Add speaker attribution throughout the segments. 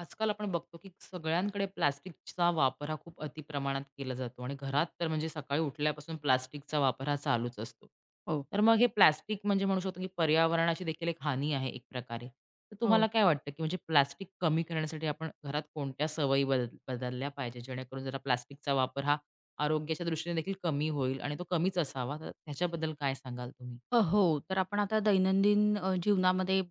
Speaker 1: आजकाल आपण बघतो की सगळ्यांकडे प्लास्टिकचा वापर हा खूप अतिप्रमाणात केला जातो आणि घरात तर म्हणजे सकाळी उठल्यापासून प्लास्टिकचा वापर हा चालूच असतो.
Speaker 2: हो.
Speaker 1: तर मग हे प्लास्टिक म्हणजे म्हणू शकतो की पर्यावरणाची देखील एक हानी आहे एक प्रकारे. तर
Speaker 2: हो.
Speaker 1: तुम्हाला काय वाटतं की म्हणजे प्लास्टिक कमी करण्यासाठी आपण घरात कोणत्या सवयी बदलल्या पाहिजे जेणेकरून जरा प्लास्टिकचा वापर हा आरोग्याच्या दृष्टीने देखील कमी होईल आणि तो कमीच असावा तर त्याच्याबद्दल काय सांगाल तुम्ही?
Speaker 2: हो. तर आपण आता दैनंदिन जीवनामध्ये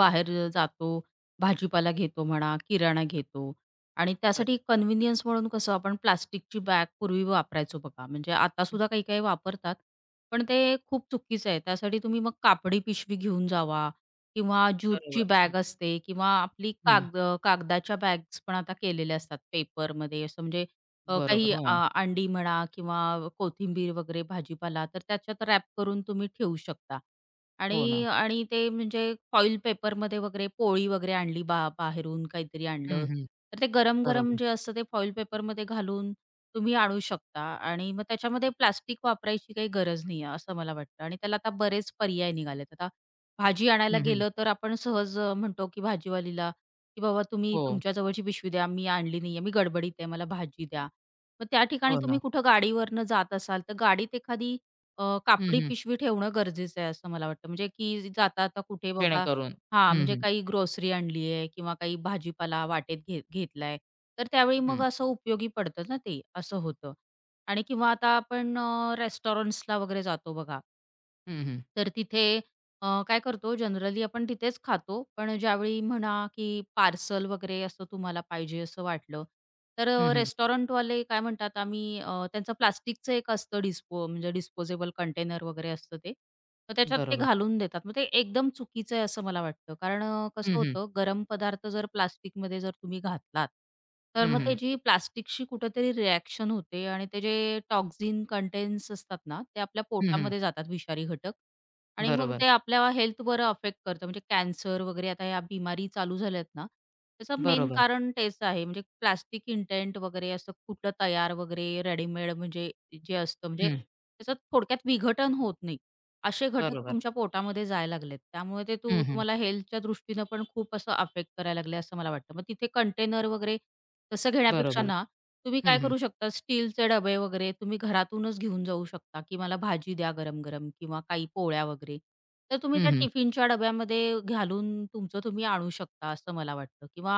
Speaker 2: बाहेर जातो, भाजीपाला घेतो म्हणा, किराणा घेतो आणि त्यासाठी कन्व्हिनियन्स म्हणून कसं आपण प्लास्टिकची बॅग पूर्वी वापरायचो बघा. म्हणजे आतासुद्धा काही-काही वापरतात, पण ते खूप चुकीचं आहे. त्यासाठी तुम्ही मग कापडी पिशवी घेऊन जावा किंवा ज्यूटची
Speaker 1: बरोबर. हं, हं. बरोबर. हं,
Speaker 2: बॅग असते किंवा आपली
Speaker 1: हं.
Speaker 2: कागदाच्या बॅग्स पण आता केलेल्या असतात पेपरमध्ये असं म्हणजे अ,
Speaker 1: बरोबर.
Speaker 2: काही
Speaker 1: हो
Speaker 2: अ,
Speaker 1: ना.
Speaker 2: अंडी म्हणा किंवा कोथिंबीर वगैरे भाजीपाला तर त्याच्यात रॅप करून तुम्ही ठेवू शकता.
Speaker 1: हो
Speaker 2: आणि
Speaker 1: ना.
Speaker 2: आणि ते म्हणजे फॉइल पेपरमध्ये वगैरे पोळी वगैरे आणली बाहेरून काहीतरी
Speaker 1: हं,
Speaker 2: आणलं,
Speaker 1: हं.
Speaker 2: तर ते गरम-गरम
Speaker 1: बरोबर.
Speaker 2: जे असतं ते फॉइल पेपरमध्ये घालून तुम्ही आणू शकता आणि मग त्याच्यामध्ये प्लास्टिक वापरायची काही गरज नाही आहे, असं मला वाटतं. आणि त्याला आता बरेच पर्याय निघालेत. आता भाजी आणायला गेलं तर आपण सहज म्हणतो की भाजीवालीला, की "बाबा तुम्ही
Speaker 1: हो,
Speaker 2: तुमच्या जवळची पिशवी द्या, मी आणली नाहीये, मी गडबडीत आहे, मला भाजी द्या." मग त्या ठिकाणी
Speaker 1: हो
Speaker 2: तुम्ही
Speaker 1: ना.
Speaker 2: कुठं गाडीवरनं जात असाल, तर गाडीत एखादी
Speaker 1: हं,
Speaker 2: कापडी
Speaker 1: हं.
Speaker 2: पिशवी ठेवणं गरजेचं आहे, असं मला वाटतं. म्हणजे की जाता-जाता कुठे बाबा
Speaker 1: जेणेकरून
Speaker 2: हां,
Speaker 1: हं,
Speaker 2: म्हणजे
Speaker 1: हं.
Speaker 2: काही ग्रोसरी आणली आहे किंवा काही भाजीपाला वाटेत घेतलाय, तर त्यावेळी मग
Speaker 1: हं,
Speaker 2: असं उपयोगी पडतं ना ते, असं होतं. आणि किंवा आता आपण रेस्टॉरंट्सला वगैरे जातो बघा.
Speaker 1: हं, हं.
Speaker 2: तर तिथे काय करतो जनरली आपण तिथेच खातो. पण ज्यावेळी म्हणा, की पार्सल वगैरे असं तुम्हाला पाहिजे असं वाटलं, तर
Speaker 1: हं, हं.
Speaker 2: रेस्टॉरंटवाले काय म्हणतात आम्ही त्यांचं प्लास्टिकचं एक असतं डिस्पोजेबल कंटेनर वगैरे असतं ते. तर त्याच्यात ते
Speaker 1: बरोबर.
Speaker 2: घालून देतात. मग ते एकदम चुकीचं आहे असं मला वाटतं. कारण
Speaker 1: हं,
Speaker 2: कसं
Speaker 1: हं.
Speaker 2: होतं गरम पदार्थ जर प्लास्टिकमध्ये जर तुम्ही घातलात, तर
Speaker 1: हं,
Speaker 2: मग
Speaker 1: हं.
Speaker 2: त्याची प्लास्टिकशी कुठेतरी रिएक्शन होते आणि ते जे टॉक्सिन कंटेन्ट्स असतात ना, ते आपल्या
Speaker 1: हं, हं.
Speaker 2: पोटामध्ये जातात विषारी घटक. आणि मग
Speaker 1: बरोबर,
Speaker 2: ते आपल्या हेल्थवर अफेक्ट करतं. म्हणजे कॅन्सर वगैरे आता या बिमारी चालू झाल्यात ना, त्याचं मेन
Speaker 1: बरोबर.
Speaker 2: कारण तेच आहे. म्हणजे प्लास्टिक इंटेंट वगैरे असं कुठलं तयार वगैरे रेडीमेड म्हणजे जे असतं म्हणजे
Speaker 1: हं,
Speaker 2: त्याचं थोडक्यात विघटन होत नाही. असे घटक
Speaker 1: बरोबर.
Speaker 2: तुमच्या पोटामध्ये जायला लागलेत. त्यामुळे ते
Speaker 1: हं, हं.
Speaker 2: तुम्हाला हेल्थच्या दृष्टीनं पण खूप असं अफेक्ट करायला लागले असं मला वाटतं. मग तिथे कंटेनर वगैरे तसं घेण्यापेक्षा
Speaker 1: बरोबर.
Speaker 2: ना, तुम्ही
Speaker 1: हं,
Speaker 2: काय
Speaker 1: हं.
Speaker 2: करू शकता स्टीलचे डबे वगैरे तुम्ही घरातूनच घेऊन जाऊ शकता, की मला भाजी द्या गरम-गरम किंवा काही पोळ्या वगैरे. तर तुम्ही
Speaker 1: हं,
Speaker 2: त्या
Speaker 1: हं.
Speaker 2: टिफिनच्या डब्यामध्ये घालून तुमचं तुम्ही आणू शकता असं मला वाटतं किंवा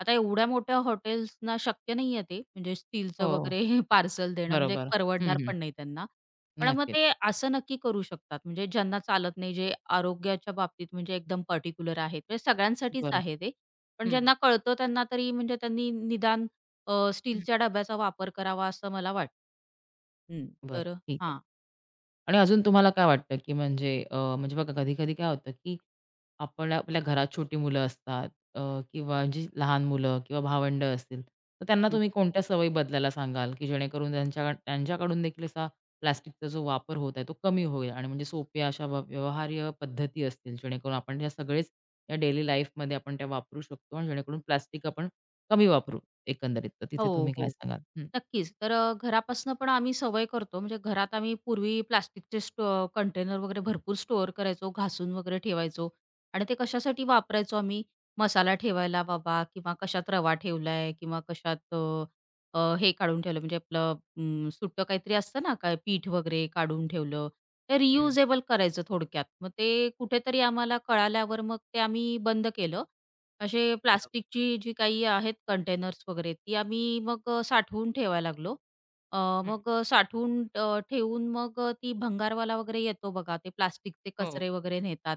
Speaker 2: आता एवढ्या मोठ्या हॉटेल्सना शक्य नाहीये ते म्हणजे स्टीलचं
Speaker 1: हो,
Speaker 2: वगैरे पार्सल देणं म्हणजे
Speaker 1: बरोबर. हं,
Speaker 2: परवडणार
Speaker 1: हं.
Speaker 2: पण नाही त्यांना. पण मग
Speaker 1: नक्कीच.
Speaker 2: ते असं नक्की करू शकतात म्हणजे ज्यांना चालत नाही, जे आरोग्याच्या बाबतीत म्हणजे एकदम पर्टिक्युलर आहेत. म्हणजे सगळ्यांसाठीच
Speaker 1: बरं.
Speaker 2: आहे ते. पण
Speaker 1: हं, हं.
Speaker 2: ज्यांना कळतं त्यांना तरी म्हणजे त्यांनी निदान
Speaker 1: हं.
Speaker 2: स्टीलच्या डब्याचा वापर करावा असं मला वाटतं. हं,
Speaker 1: बरं,
Speaker 2: तर
Speaker 1: ठीक आहे.
Speaker 2: हां.
Speaker 1: आणि अजून तुम्हाला काय वाटतं, की म्हणजे म्हणजे बघा कधी-कधी काय होतं, की आपण आपल्या घरात छोटी मुलं असतात अ, किंवा जी लहान मुलं किंवा भावंडं असतील, तर त्यांना
Speaker 2: हं.
Speaker 1: तुम्ही कोणत्या सवयी बदलायला सांगाल, की जेणेकरून त्यांच्याकडून देखील असा प्लास्टिकचा जो वापर होत आहे, तो कमी होईल आणि म्हणजे सोप्या अशा व्यवहार्य पद्धती असतील, जेणेकरून आपण या सगळेच या डेली लाईफमध्ये आपण त्या वापरू शकतो आणि जेणेकरून प्लास्टिक आपण कमी वापरू एकंदरीत. तर तिथे तुम्ही
Speaker 2: हो,
Speaker 1: काय
Speaker 2: हो.
Speaker 1: सांगाल? हं.
Speaker 2: नक्कीच. तर घरापासून पण आम्ही सवय करतो. म्हणजे घरात आम्ही पूर्वी प्लास्टिकचे कंटेनर वगैरे भरपूर स्टोअर करायचो, घासून वगैरे ठेवायचो आणि ते कशासाठी वापरायचो आम्ही? मसाला ठेवायला बाबा किंवा कशात रवा ठेवलाय किंवा कशात अ, अ, हे काढून ठेवलं म्हणजे आपलं सुटं काहीतरी असतं ना, काय पीठ वगैरे काढून ठेवलं. ते
Speaker 1: हं,
Speaker 2: रियुजेबल करायचं थोडक्यात. मग ते कुठेतरी आम्हाला कळाल्यावर मग ते आम्ही बंद केलं असे
Speaker 1: बरोबर.
Speaker 2: प्लास्टिकची जी काही आहेत कंटेनर्स वगैरे ती आम्ही मग साठवून ठेवायला लागलो. अ,
Speaker 1: हं.
Speaker 2: मग अ, साठवून अ, ठेवून मग ती भंगारवाला वगैरे येतो बघा, ते प्लास्टिकचे
Speaker 1: हो,
Speaker 2: कचरे वगैरे नेतात.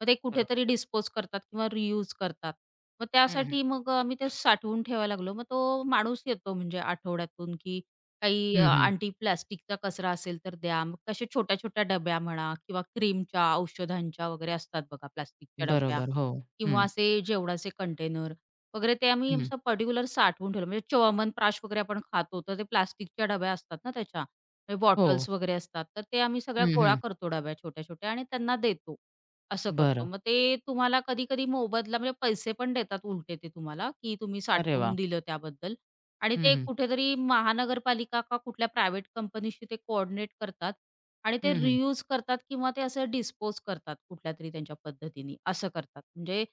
Speaker 2: मग ते
Speaker 1: बरोबर.
Speaker 2: कुठेतरी डिस्पोज करतात किंवा रियूज करतात. मग
Speaker 1: हं, हं.
Speaker 2: त्यासाठी मग आम्ही ते साठवून ठेवायला लागलो. मग तो माणूस येतो म्हणजे आठवड्यातून, की काही
Speaker 1: हं,
Speaker 2: "आंटी प्लास्टिकचा कचरा असेल तर द्या." मग अशा छोट्या-छोट्या डब्या म्हणा किंवा क्रीमच्या, औषधांच्या वगैरे असतात बघा प्लास्टिकच्या डब्या.
Speaker 1: बरोबर. हो.
Speaker 2: किंवा
Speaker 1: हं,
Speaker 2: असे जेवणाचे कंटेनर वगैरे ते आम्ही
Speaker 1: हं.
Speaker 2: असं पर्टिक्युलर साठवून ठेवलं. म्हणजे चोअमन प्राश वगैरे आपण खातो, तर ते प्लास्टिकच्या डब्या असतात ना त्याच्या, म्हणजे
Speaker 1: हो.
Speaker 2: बॉटल्स वगैरे असतात. तर ते आम्ही सगळ्या
Speaker 1: हं,
Speaker 2: गोळा
Speaker 1: हं.
Speaker 2: करतो डब्या छोट्या-छोट्या आणि त्यांना देतो. असं करतो.
Speaker 1: बरं.
Speaker 2: मग ते तुम्हाला कधी-कधी मोबदला म्हणजे पैसे पण देतात उलटे ते तुम्हाला, की तुम्ही
Speaker 1: अरे वाह!
Speaker 2: साठवून दिलं त्याबद्दल आणि
Speaker 1: हं,
Speaker 2: ते
Speaker 1: हं.
Speaker 2: कुठेतरी महानगरपालिका का कुठल्या प्रायव्हेट कंपनीशी ते कोऑर्डिनेट करतात आणि ते
Speaker 1: हं, हं.
Speaker 2: रियूज करतात किंवा ते असं डिस्पोज करतात कुठल्यातरी त्यांच्या पद्धतीने असं करतात. म्हणजे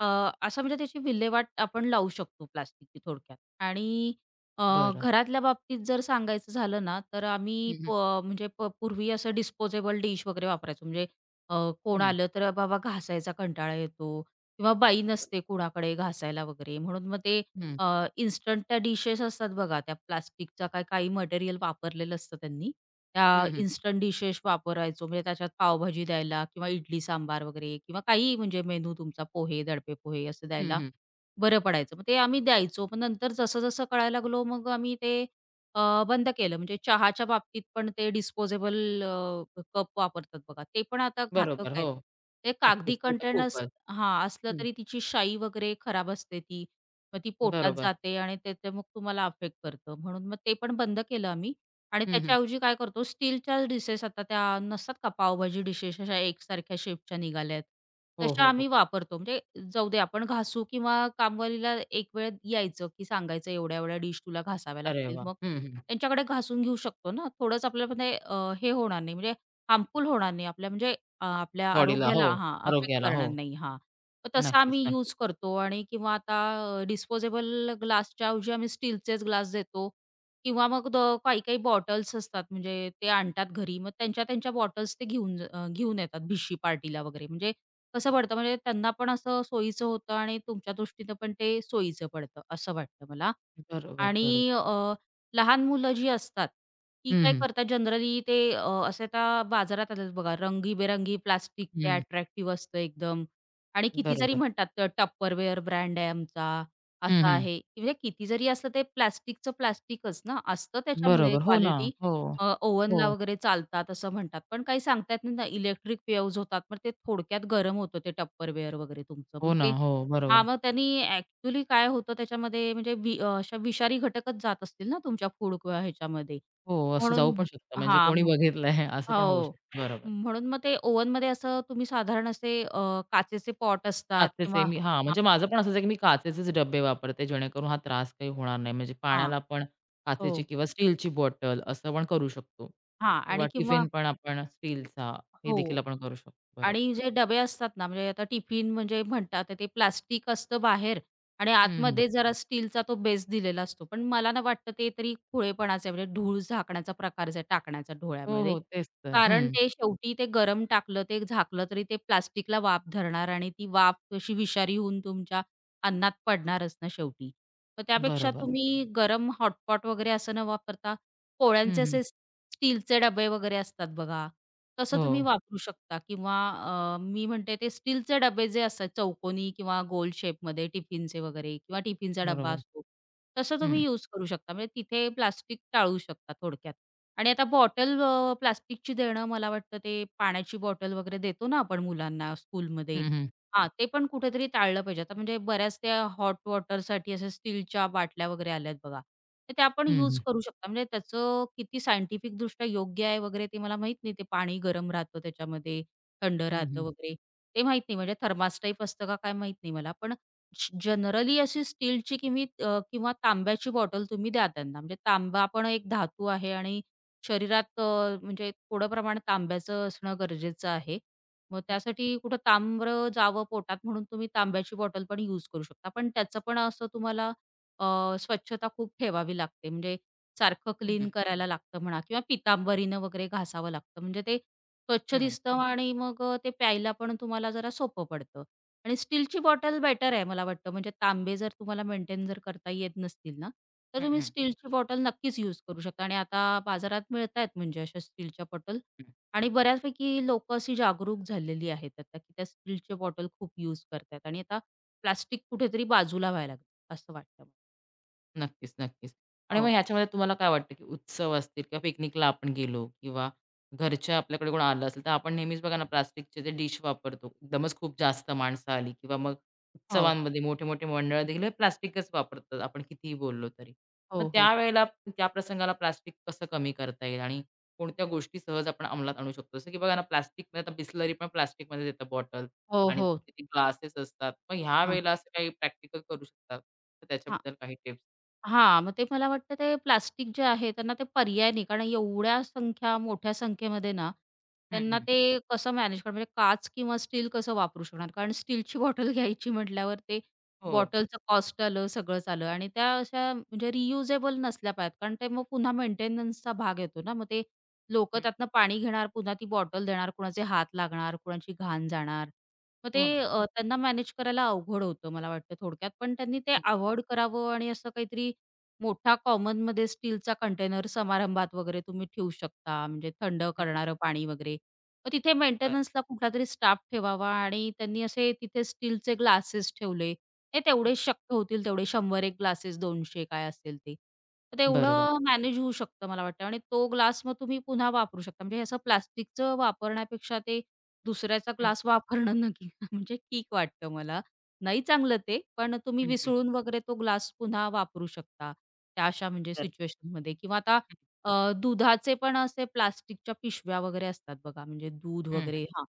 Speaker 2: अ, असं म्हणजे त्याची विल्हेवाट आपण लावू शकतो प्लास्टिकची थोडक्यात. आणि अ,
Speaker 1: बरं.
Speaker 2: घरातल्या बाबतीत जर सांगायचं झालं ना, तर आम्ही
Speaker 1: हं,
Speaker 2: प
Speaker 1: हं.
Speaker 2: म्हणजे प पूर्वी असं डिस्पोजेबल डिश वगैरे वापरायचो. म्हणजे कोण
Speaker 1: हं.
Speaker 2: आलं तर बाबा घासायचा कंटाळा येतो किंवा बाई
Speaker 1: बरं.
Speaker 2: नसते कुणाकडे घासायला वगैरे म्हणून मग ते
Speaker 1: हं,
Speaker 2: इन्स्टंट त्या डिशेस असतात बघा, त्या प्लास्टिकचा काय काही मटेरियल वापरलेलं असतं त्यांनी. त्या
Speaker 1: हं, हं.
Speaker 2: इन्स्टंट डिशेस वापरायचो. म्हणजे त्याच्यात पावभाजी द्यायला किंवा इडली सांबार वगैरे किंवा काहीही म्हणजे मेनू तुमचा पोहे, दडपे पोहे असं
Speaker 1: हं,
Speaker 2: द्यायला
Speaker 1: हं.
Speaker 2: बरं पडायचं. मग ते आम्ही द्यायचो. पण नंतर जसं-जसं कळायला लागलो मग आम्ही ते अ, बंद केलं. म्हणजे चहाच्या बाबतीत पण ते डिस्पोजेबल कप वापरतात बघा. ते पण आता घातक
Speaker 1: बरोबर.
Speaker 2: आहेत.
Speaker 1: हो.
Speaker 2: ते ते कागदी
Speaker 1: नक्कीच. ते तर
Speaker 2: कंटेनर्स
Speaker 1: खूपच.
Speaker 2: हां, असलं
Speaker 1: हं.
Speaker 2: तरी तिची शाई वगैरे खराब असते ती. मग ती पोटात
Speaker 1: बरोबर.
Speaker 2: जाते आणि ते मग तुम्हाला अफेक्ट करतं. म्हणून मग ते पण बंद केलं आम्ही. आणि
Speaker 1: हं, हं.
Speaker 2: त्याच्याऐवजी काय करतो स्टीलच्या डिशेस आता त्या नसतात का पावभाजी डिशेस अशा एकसारख्या शेपच्या निघाल्या आहेत.
Speaker 1: हो,
Speaker 2: तशा
Speaker 1: हो, हो.
Speaker 2: आम्ही वापरतो म्हणजे जाऊ दे आपण घासू किंवा कामवालीला एक वेळ यायचं की सांगायचं एवढ्या एवढ्या डिश तुला घासाव्या
Speaker 1: अरे
Speaker 2: लागतील
Speaker 1: वाह!
Speaker 2: मग
Speaker 1: हं, हं.
Speaker 2: त्यांच्याकडे घासून घेऊ शकतो ना थोडंच आपल्यामध्ये हे होणार नाही म्हणजे हार्मफुल होणार नाही आपल्या म्हणजे आपल्या
Speaker 1: बॉडीला हो,
Speaker 2: आरोग्याला हां अफेक्ट
Speaker 1: आरोग्याला
Speaker 2: करणार
Speaker 1: हो.
Speaker 2: नाही हां. मग तसा
Speaker 1: नक्कीच,
Speaker 2: आम्ही यूज
Speaker 1: नक्कीच.
Speaker 2: करतो आणि किंवा आता डिस्पोजेबल ग्लासच्या ऐवजी आम्ही स्टीलचेच ग्लास देतो किंवा मग द काही-काही बॉटल्स असतात म्हणजे ते आणतात घरी. मग त्यांच्या त्यांच्या बॉटल्स ते घेऊन घेऊन येतात भिशी पार्टीला वगैरे. म्हणजे कसं पडतं म्हणजे त्यांना पण असं सोयीचं होतं आणि तुमच्या दृष्टीनं पण ते सोयीचं पडतं असं वाटतं मला.
Speaker 1: बरोबर, बरोबर.
Speaker 2: आणि लहान मुलं जी असतात, ती
Speaker 1: हं,
Speaker 2: काय
Speaker 1: हं.
Speaker 2: करतात जनरली ते असे आता बाजारात आलेत बघा रंगीबेरंगी प्लास्टिक ते
Speaker 1: हं.
Speaker 2: अट्रॅक्टिव्ह असतं एकदम आणि किती जरी
Speaker 1: बरोबर.
Speaker 2: म्हणतात तर Tupperware ब्रँड आहे आमचा,
Speaker 1: हं,
Speaker 2: असा
Speaker 1: हं.
Speaker 2: आहे. म्हणजे किती जरी असलं ते प्लास्टिकच ना, असतं त्याच्यामध्ये
Speaker 1: बरोबर. हो ना.
Speaker 2: क्वालिटी.
Speaker 1: हो, हो.
Speaker 2: ओव्हनला वगैरे चालतात असं म्हणतात. पण काही सांगता येत नाही ना, इलेक्ट्रिक वेव्हज होतात. मग ते थोडक्यात गरम होतं ते Tupperware वगैरे तुमचं. मग
Speaker 1: हो
Speaker 2: ते
Speaker 1: ना. हो,
Speaker 2: हां,
Speaker 1: बरोबर.
Speaker 2: मग त्यांनी ॲक्चुअली काय होतं त्याच्यामध्ये म्हणजे अशा विषारी घटकच जात असतील ना तुमच्या फूड किंवा ह्याच्यामध्ये.
Speaker 1: हो, असं
Speaker 2: म्हणून
Speaker 1: जाऊ पण शकतं. म्हणजे
Speaker 2: हां,
Speaker 1: कोणी
Speaker 2: मग
Speaker 1: बघितलंय असं पण होऊ
Speaker 2: हो.
Speaker 1: शकतं. बरोबर.
Speaker 2: म्हणून मग ते ओव्हनमध्ये असं तुम्ही साधारण असे काचेचे पॉट असतात
Speaker 1: काचेचे
Speaker 2: किंवा
Speaker 1: मी हां,
Speaker 2: हां,
Speaker 1: म्हणजे माझं पण असंच आहे, की मी काचेचेच डब्बे वापरते, जेणेकरून हा त्रास काही होणार नाही. म्हणजे
Speaker 2: हां,
Speaker 1: पाण्याला पण काचेची
Speaker 2: हो.
Speaker 1: किंवा स्टीलची बॉटल असं पण करू शकतो
Speaker 2: हां
Speaker 1: किंवा
Speaker 2: आणि किंवा
Speaker 1: टिफिन पण आपण स्टीलचा हे
Speaker 2: हो.
Speaker 1: देखील आपण करू शकतो. बरोबर.
Speaker 2: आणि जे डबे असतात ना, म्हणजे आता टिफिन म्हणजे म्हणतात ते प्लास्टिक असतं बाहेर आणि
Speaker 1: हं, हं.
Speaker 2: आतमध्ये जरा स्टीलचा तो बेस दिलेला असतो. पण मला ना वाटतं ते तरी खुळेपणाचं आहे म्हणजे धूळ झाकण्याचा प्रकार आहे टाकण्याचा
Speaker 1: हो,
Speaker 2: डोळ्यामध्ये.
Speaker 1: हो. तेच तर.
Speaker 2: कारण
Speaker 1: हं.
Speaker 2: ते शेवटी ते गरम टाकलं, ते झाकलं तरी ते प्लास्टिकला वाफ धरणार आणि ती वाफ अशी विषारी होऊन तुमच्या अन्नात पडणारच ना शेवटी. मग त्यापेक्षा
Speaker 1: बरोबर.
Speaker 2: तुम्ही गरम हॉटपॉट वगैरे असं न वापरता
Speaker 1: हं,
Speaker 2: पोळ्यांचे
Speaker 1: हं.
Speaker 2: असे स्टीलचे डबे वगैरे असतात बघा तसं तुम्ही
Speaker 1: हो.
Speaker 2: वापरू शकता किंवा मी म्हणते ते स्टीलचे डबे जे असतात चौकोनी किंवा गोल शेपमध्ये टिफिनचे वगैरे किंवा टिफिनचा डब्बा
Speaker 1: बरोबर.
Speaker 2: असतो. तसं तुम्ही
Speaker 1: हं.
Speaker 2: यूज करू शकता. म्हणजे तिथे प्लास्टिक टाळू शकता थोडक्यात. आणि आता प्लास्टिकची देणं मला वाटतं ते पाण्याची बॉटल वगैरे देतो ना आपण मुलांना स्कूलमध्ये
Speaker 1: हं, हं.
Speaker 2: हां, ते पण कुठेतरी टाळलं पाहिजे. आता म्हणजे बऱ्याच त्या हॉट वॉटरसाठी अशा स्टीलच्या बाटल्या वगैरे आल्यात बघा. तर त्या आपण
Speaker 1: हं,
Speaker 2: यूज
Speaker 1: हं.
Speaker 2: करू शकता. म्हणजे त्याचं किती सायंटिफिकदृष्ट्या योग्य आहे वगैरे ते मला माहीत नाही. ते पाणी गरम राहतं त्याच्यामध्ये, थंड
Speaker 1: हं,
Speaker 2: राहतं
Speaker 1: हं.
Speaker 2: वगैरे ते माहीत नाही. म्हणजे थर्मास टाईप असतं का काय माहीत नाही मला. पण जनरली अशी स्टीलची किमी अ, किंवा तांब्याची बॉटल तुम्ही द्या त्यांना. म्हणजे तांबा पण एक धातू आहे आणि शरीरात म्हणजे थोडं प्रमाण तांब्याचं असणं गरजेचं आहे. मग
Speaker 1: हं,
Speaker 2: त्यासाठी कुठं तांब्र जावं पोटात म्हणून तुम्ही तांब्याची बॉटल पण यूज करू शकता. पण त्याचं पण असं तुम्हाला स्वच्छता खूप ठेवावी लागते. म्हणजे सारखं
Speaker 1: हं.
Speaker 2: क्लीन करायला लागतं म्हणा किंवा पितांबरीनं वगैरे घासावं लागतं. म्हणजे ते स्वच्छ
Speaker 1: हं, हं.
Speaker 2: दिसतं आणि मग ते प्यायला पण तुम्हाला जरा सोपं पडतं. आणि स्टीलची बॉटल बेटर आहे मला वाटतं. म्हणजे तांबे जर तुम्हाला मेंटेन जर करता येत नसतील ना, तर तुम्ही
Speaker 1: हं,
Speaker 2: स्टीलची बॉटल नक्कीच यूज करू शकता आणि आता बाजारात मिळतायत म्हणजे अशा स्टीलच्या बॉटल. आणि बऱ्यापैकी लोकं अशी जागरूक झालेली आहेत आता, की त्या स्टीलचे बॉटल खूप यूज करतायत आणि आता प्लास्टिक कुठेतरी बाजूला व्हायला लागलं, असं वाटतं मला.
Speaker 1: नक्कीच, नक्कीच. आणि मग
Speaker 2: हो,
Speaker 1: ह्याच्यामध्ये तुम्हाला काय वाटतं, की उत्सव असतील किंवा पिकनिकला आपण गेलो किंवा घरच्या आपल्याकडे कोण आलं असेल, तर आपण नेहमीच बघा ना प्लास्टिकचे ते डिश वापरतो. एकदमच खूप जास्त माणसं आली किंवा मग
Speaker 2: हो,
Speaker 1: उत्सवांमध्ये मोठे-मोठे मंडळ देखील हे प्लास्टिकच वापरतात, आपण कितीही बोललो तरी. मग
Speaker 2: हो, हो.
Speaker 1: त्यावेळेला त्या प्रसंगाला प्लास्टिक कसं कमी करता येईल आणि कोणत्या गोष्टी सहज आपण अंमलात आणू शकतो? जसं की बघा ना प्लास्टिकमध्ये आता बिसलरी पण प्लास्टिकमध्येच येतं बॉटल
Speaker 2: हो,
Speaker 1: आणि
Speaker 2: हो.
Speaker 1: ग्लासेस असतात. मग ह्या
Speaker 2: हां.
Speaker 1: वेळेला असं काही प्रॅक्टिकल करू शकतात, तर त्याच्याबद्दल काही टिप्स?
Speaker 2: हां, मग ते मला वाटतं ते प्लास्टिक जे आहे त्यांना ते पर्याय नाही. कारण एवढ्या संख्या मोठ्या संख्येमध्ये ना,
Speaker 1: हं,
Speaker 2: त्यांना
Speaker 1: हं.
Speaker 2: ते कसं मॅनेज करणार म्हणजे काच किंवा स्टील कसं वापरू शकणार? कारण स्टीलची बॉटल घ्यायची म्हटल्यावर ते
Speaker 1: हो.
Speaker 2: बॉटलचं कॉस्ट आलं, सगळंच आलं आणि त्या अशा म्हणजे रियुजेबल नसल्या पाहिजेत. कारण ते मग पुन्हा मेंटेनन्सचा भाग येतो ना. मग ते लोकं
Speaker 1: हं.
Speaker 2: त्यातनं पाणी घेणार, पुन्हा ती बॉटल देणार, कुणाचे हात लागणार, कुणाची घाण जाणार. मग ते
Speaker 1: हो ना. हो.
Speaker 2: त्यांना मॅनेज करायला अवघड होतं मला वाटतं थोडक्यात. पण त्यांनी ते
Speaker 1: हं,
Speaker 2: अव्हॉइड करावं आणि असं काहीतरी मोठा कॉमनमध्ये स्टीलचा कंटेनर समारंभात वगैरे तुम्ही ठेवू शकता, म्हणजे थंड
Speaker 1: हं.
Speaker 2: करणारं पाणी वगैरे. मग तिथे
Speaker 1: बरं.
Speaker 2: मेंटेनन्सला कुठलातरी स्टाफ ठेवावा आणि त्यांनी असे तिथे स्टीलचे ग्लासेस ठेवले. ते
Speaker 1: हं.
Speaker 2: तेवढे शक्य होतील तेवढे 100 एक ग्लासेस 200 काय असेल ते. तर
Speaker 1: बरोबर.
Speaker 2: तेवढं मॅनेज होऊ शकतं मला वाटतं आणि तो ग्लास मग तुम्ही पुन्हा वापरू शकता. म्हणजे असं प्लास्टिकचं वापरण्यापेक्षा ते दुसऱ्याचा
Speaker 1: हं,
Speaker 2: ग्लास वापरणं नक्की म्हणजे ठीक वाटतं मला नाही चांगलं ते, पण तुम्ही
Speaker 1: हं, हं.
Speaker 2: विसळून वगैरे तो ग्लास पुन्हा वापरू शकता. त्या अशा म्हणजे
Speaker 1: बरं.
Speaker 2: सिच्युएशनमध्ये किंवा आता अ, दुधाचे पण असे प्लास्टिकच्या पिशव्या वगैरे असतात बघा, म्हणजे दूध
Speaker 1: हं, हं.
Speaker 2: वगैरे हां.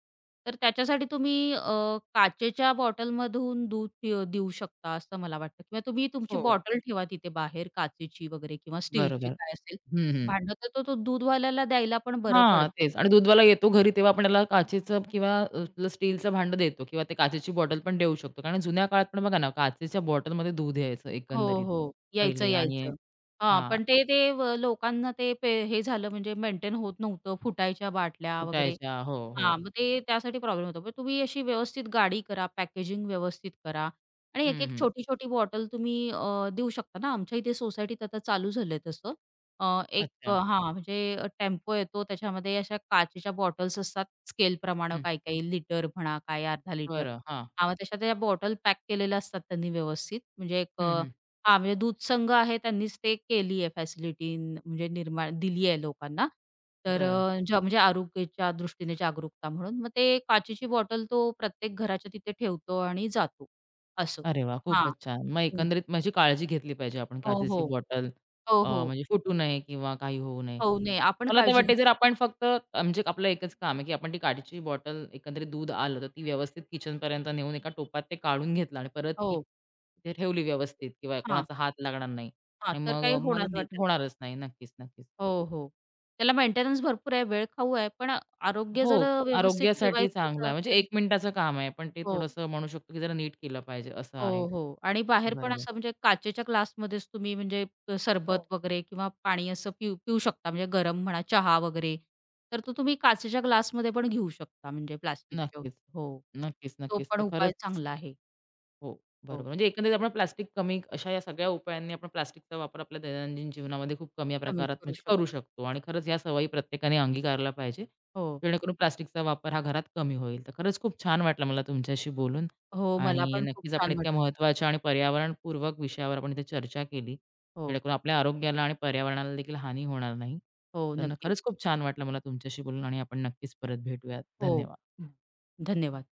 Speaker 2: तर त्याच्यासाठी तुम्ही काचेच्या बॉटलमधून दूध पिऊ देऊ शकता असं मला वाटतं किंवा तुम्ही तुमची
Speaker 1: हो.
Speaker 2: बॉटल ठेवा तिथे बाहेर काचेची वगैरे किंवा स्टीलची
Speaker 1: बरोबर.
Speaker 2: काय असेल
Speaker 1: हं, हं.
Speaker 2: भांडं, तर तो दूधवाल्याला द्यायला पण बरं
Speaker 1: हां,
Speaker 2: पडतं.
Speaker 1: तेच आणि दूधवाला येतो घरी तेव्हा आपण त्याला काचेचं किंवा आपलं स्टीलचं भांडं देतो किंवा ते काचेची बॉटल पण देऊ शकतो. कारण जुन्या काळात पण बघा ना, काचेच्या बॉटलमध्ये दूध यायचं
Speaker 2: हो,
Speaker 1: एकंदरीत
Speaker 2: हो. यायचं,
Speaker 1: पहिले आणि
Speaker 2: यायचं. हां,
Speaker 1: हां,
Speaker 2: पण ते ते व लोकांना ते पे हे झालं म्हणजे मेंटेन होत नव्हतं, फुटायच्या बाटल्या वगैरे.
Speaker 1: फुटायच्या. हो, हो.
Speaker 2: हां, मग ते त्यासाठी प्रॉब्लेम होता. पण तुम्ही अशी व्यवस्थित गाडी करा, पॅकेजिंग व्यवस्थित करा आणि
Speaker 1: हं,
Speaker 2: एक-एक
Speaker 1: हं.
Speaker 2: छोटी-छोटी बॉटल तुम्ही देऊ शकता ना. आमच्या इथे सोसायटीत आता चालू झालंय तसं.
Speaker 1: अच्छा.
Speaker 2: म्हणजे टेम्पो येतो त्याच्यामध्ये अशा काचेच्या बॉटल्स असतात स्केलप्रमाणे
Speaker 1: हं.
Speaker 2: काही-काही लिटर म्हणा, काही अर्धा लिटर.
Speaker 1: बरं. हां.
Speaker 2: हां, मग तशा त्या बॉटल पॅक केलेल्या असतात त्यांनी व्यवस्थित म्हणजे एक
Speaker 1: हं, हं.
Speaker 2: हां, म्हणजे दूध संघ आहे त्यांनीच ते केली आहे फॅसिलिटी म्हणजे निर्माण दिली आहे लोकांना. तर
Speaker 1: बरं.
Speaker 2: ज्या म्हणजे आरोग्याच्या दृष्टीने जागरूकता म्हणून. मग ते काचेची बॉटल तो प्रत्येक घराच्या तिथे ठेवतो आणि जातो असं.
Speaker 1: अरे वाह!
Speaker 2: हां.
Speaker 1: खूपच छान. मग
Speaker 2: हं.
Speaker 1: एकंदरीत माझी काळजी घेतली पाहिजे आपण
Speaker 2: हो,
Speaker 1: काचेची
Speaker 2: हो.
Speaker 1: बॉटल
Speaker 2: हो, हो.
Speaker 1: म्हणजे फुटू नये किंवा काही होऊ नये.
Speaker 2: होऊ नये आपण
Speaker 1: मला तर
Speaker 2: काळजी
Speaker 1: वाटते
Speaker 2: घेतो.
Speaker 1: जर आपण फक्त म्हणजे आपलं एकच काम आहे, की आपण ती काचेची बॉटल एकंदरीत दूध आलं तर ती व्यवस्थित किचनपर्यंत नेऊन एका टोपात ते काढून घेतलं आणि परत ती
Speaker 2: हो.
Speaker 1: तिथे ठेवली व्यवस्थित किंवा
Speaker 2: हां,
Speaker 1: कोणाचा हात लागणार नाही
Speaker 2: हां.
Speaker 1: आणि
Speaker 2: तर
Speaker 1: मग
Speaker 2: काही
Speaker 1: मला
Speaker 2: होणार
Speaker 1: तर
Speaker 2: नाही
Speaker 1: वाटतं
Speaker 2: त्याला.
Speaker 1: होणारच नाही. नक्कीच, नक्कीच.
Speaker 2: हो, हो. त्याला मेंटेनन्स भरपूर आहे, वेळखाऊ आहे, पण आरोग्य
Speaker 1: हो,
Speaker 2: जर व्यवस्थित
Speaker 1: आरोग्यासाठी
Speaker 2: ठेवायचं आहे
Speaker 1: चांगला
Speaker 2: तर
Speaker 1: आहे. म्हणजे
Speaker 2: तर
Speaker 1: 1 मिनिटाचं काम आहे, पण ते
Speaker 2: हो.
Speaker 1: थोडंसं म्हणू शकतो, की जरा नीट केलं पाहिजे असं आहे.
Speaker 2: हो, हो. आणि बाहेर पण
Speaker 1: बरोबर.
Speaker 2: असं म्हणजे काचेच्या ग्लासमध्येच तुम्ही म्हणजे सरबत
Speaker 1: हो.
Speaker 2: वगैरे किंवा पाणी असं पिऊ पिऊ शकता. म्हणजे गरम म्हणा, चहा वगैरे. तर तो तुम्ही काचेच्या ग्लासमध्ये पण घेऊ शकता म्हणजे प्लास्टिकच्या
Speaker 1: नक्कीच.
Speaker 2: हो.
Speaker 1: नक्कीच,
Speaker 2: तो
Speaker 1: नक्कीच.
Speaker 2: पण
Speaker 1: तर
Speaker 2: उपाय
Speaker 1: खरंच
Speaker 2: चांगला आहे.
Speaker 1: हो,
Speaker 2: हो,
Speaker 1: बरोबर. म्हणजे एकंदरीत आपण प्लास्टिक कमी अशा या सगळ्या उपायांनी आपण प्लास्टिकचा वापर आपल्या दैनंदिन जीवनामध्ये खूप कमी या
Speaker 2: कमी
Speaker 1: प्रकारात
Speaker 2: करू
Speaker 1: म्हणजे करू
Speaker 2: शकतो.
Speaker 1: शकतो आणि खरंच या सवयी प्रत्येकाने अंगीकारल्या पाहिजे.
Speaker 2: हो,
Speaker 1: जेणेकरून प्लास्टिकचा वापर हा घरात कमी होईल. तर खरंच खूप छान वाटलं मला तुमच्याशी बोलून
Speaker 2: हो. मला
Speaker 1: आणि
Speaker 2: पण खूप
Speaker 1: नक्कीच आपण
Speaker 2: छान
Speaker 1: इतक्या
Speaker 2: वाटलं.
Speaker 1: महत्त्वाच्या आणि पर्यावरणपूर्वक विषयावर आपण इथे चर्चा केली.
Speaker 2: हो,
Speaker 1: जेणेकरून आपल्या आरोग्याला आणि पर्यावरणाला देखील हानी होणार नाही.
Speaker 2: हो.
Speaker 1: तर
Speaker 2: नक्कीच.
Speaker 1: खरंच खूप छान वाटलं मला तुमच्याशी बोलून आणि आपण नक्कीच परत भेटूयात.
Speaker 2: हो.
Speaker 1: धन्यवाद.
Speaker 2: हं. धन्यवाद.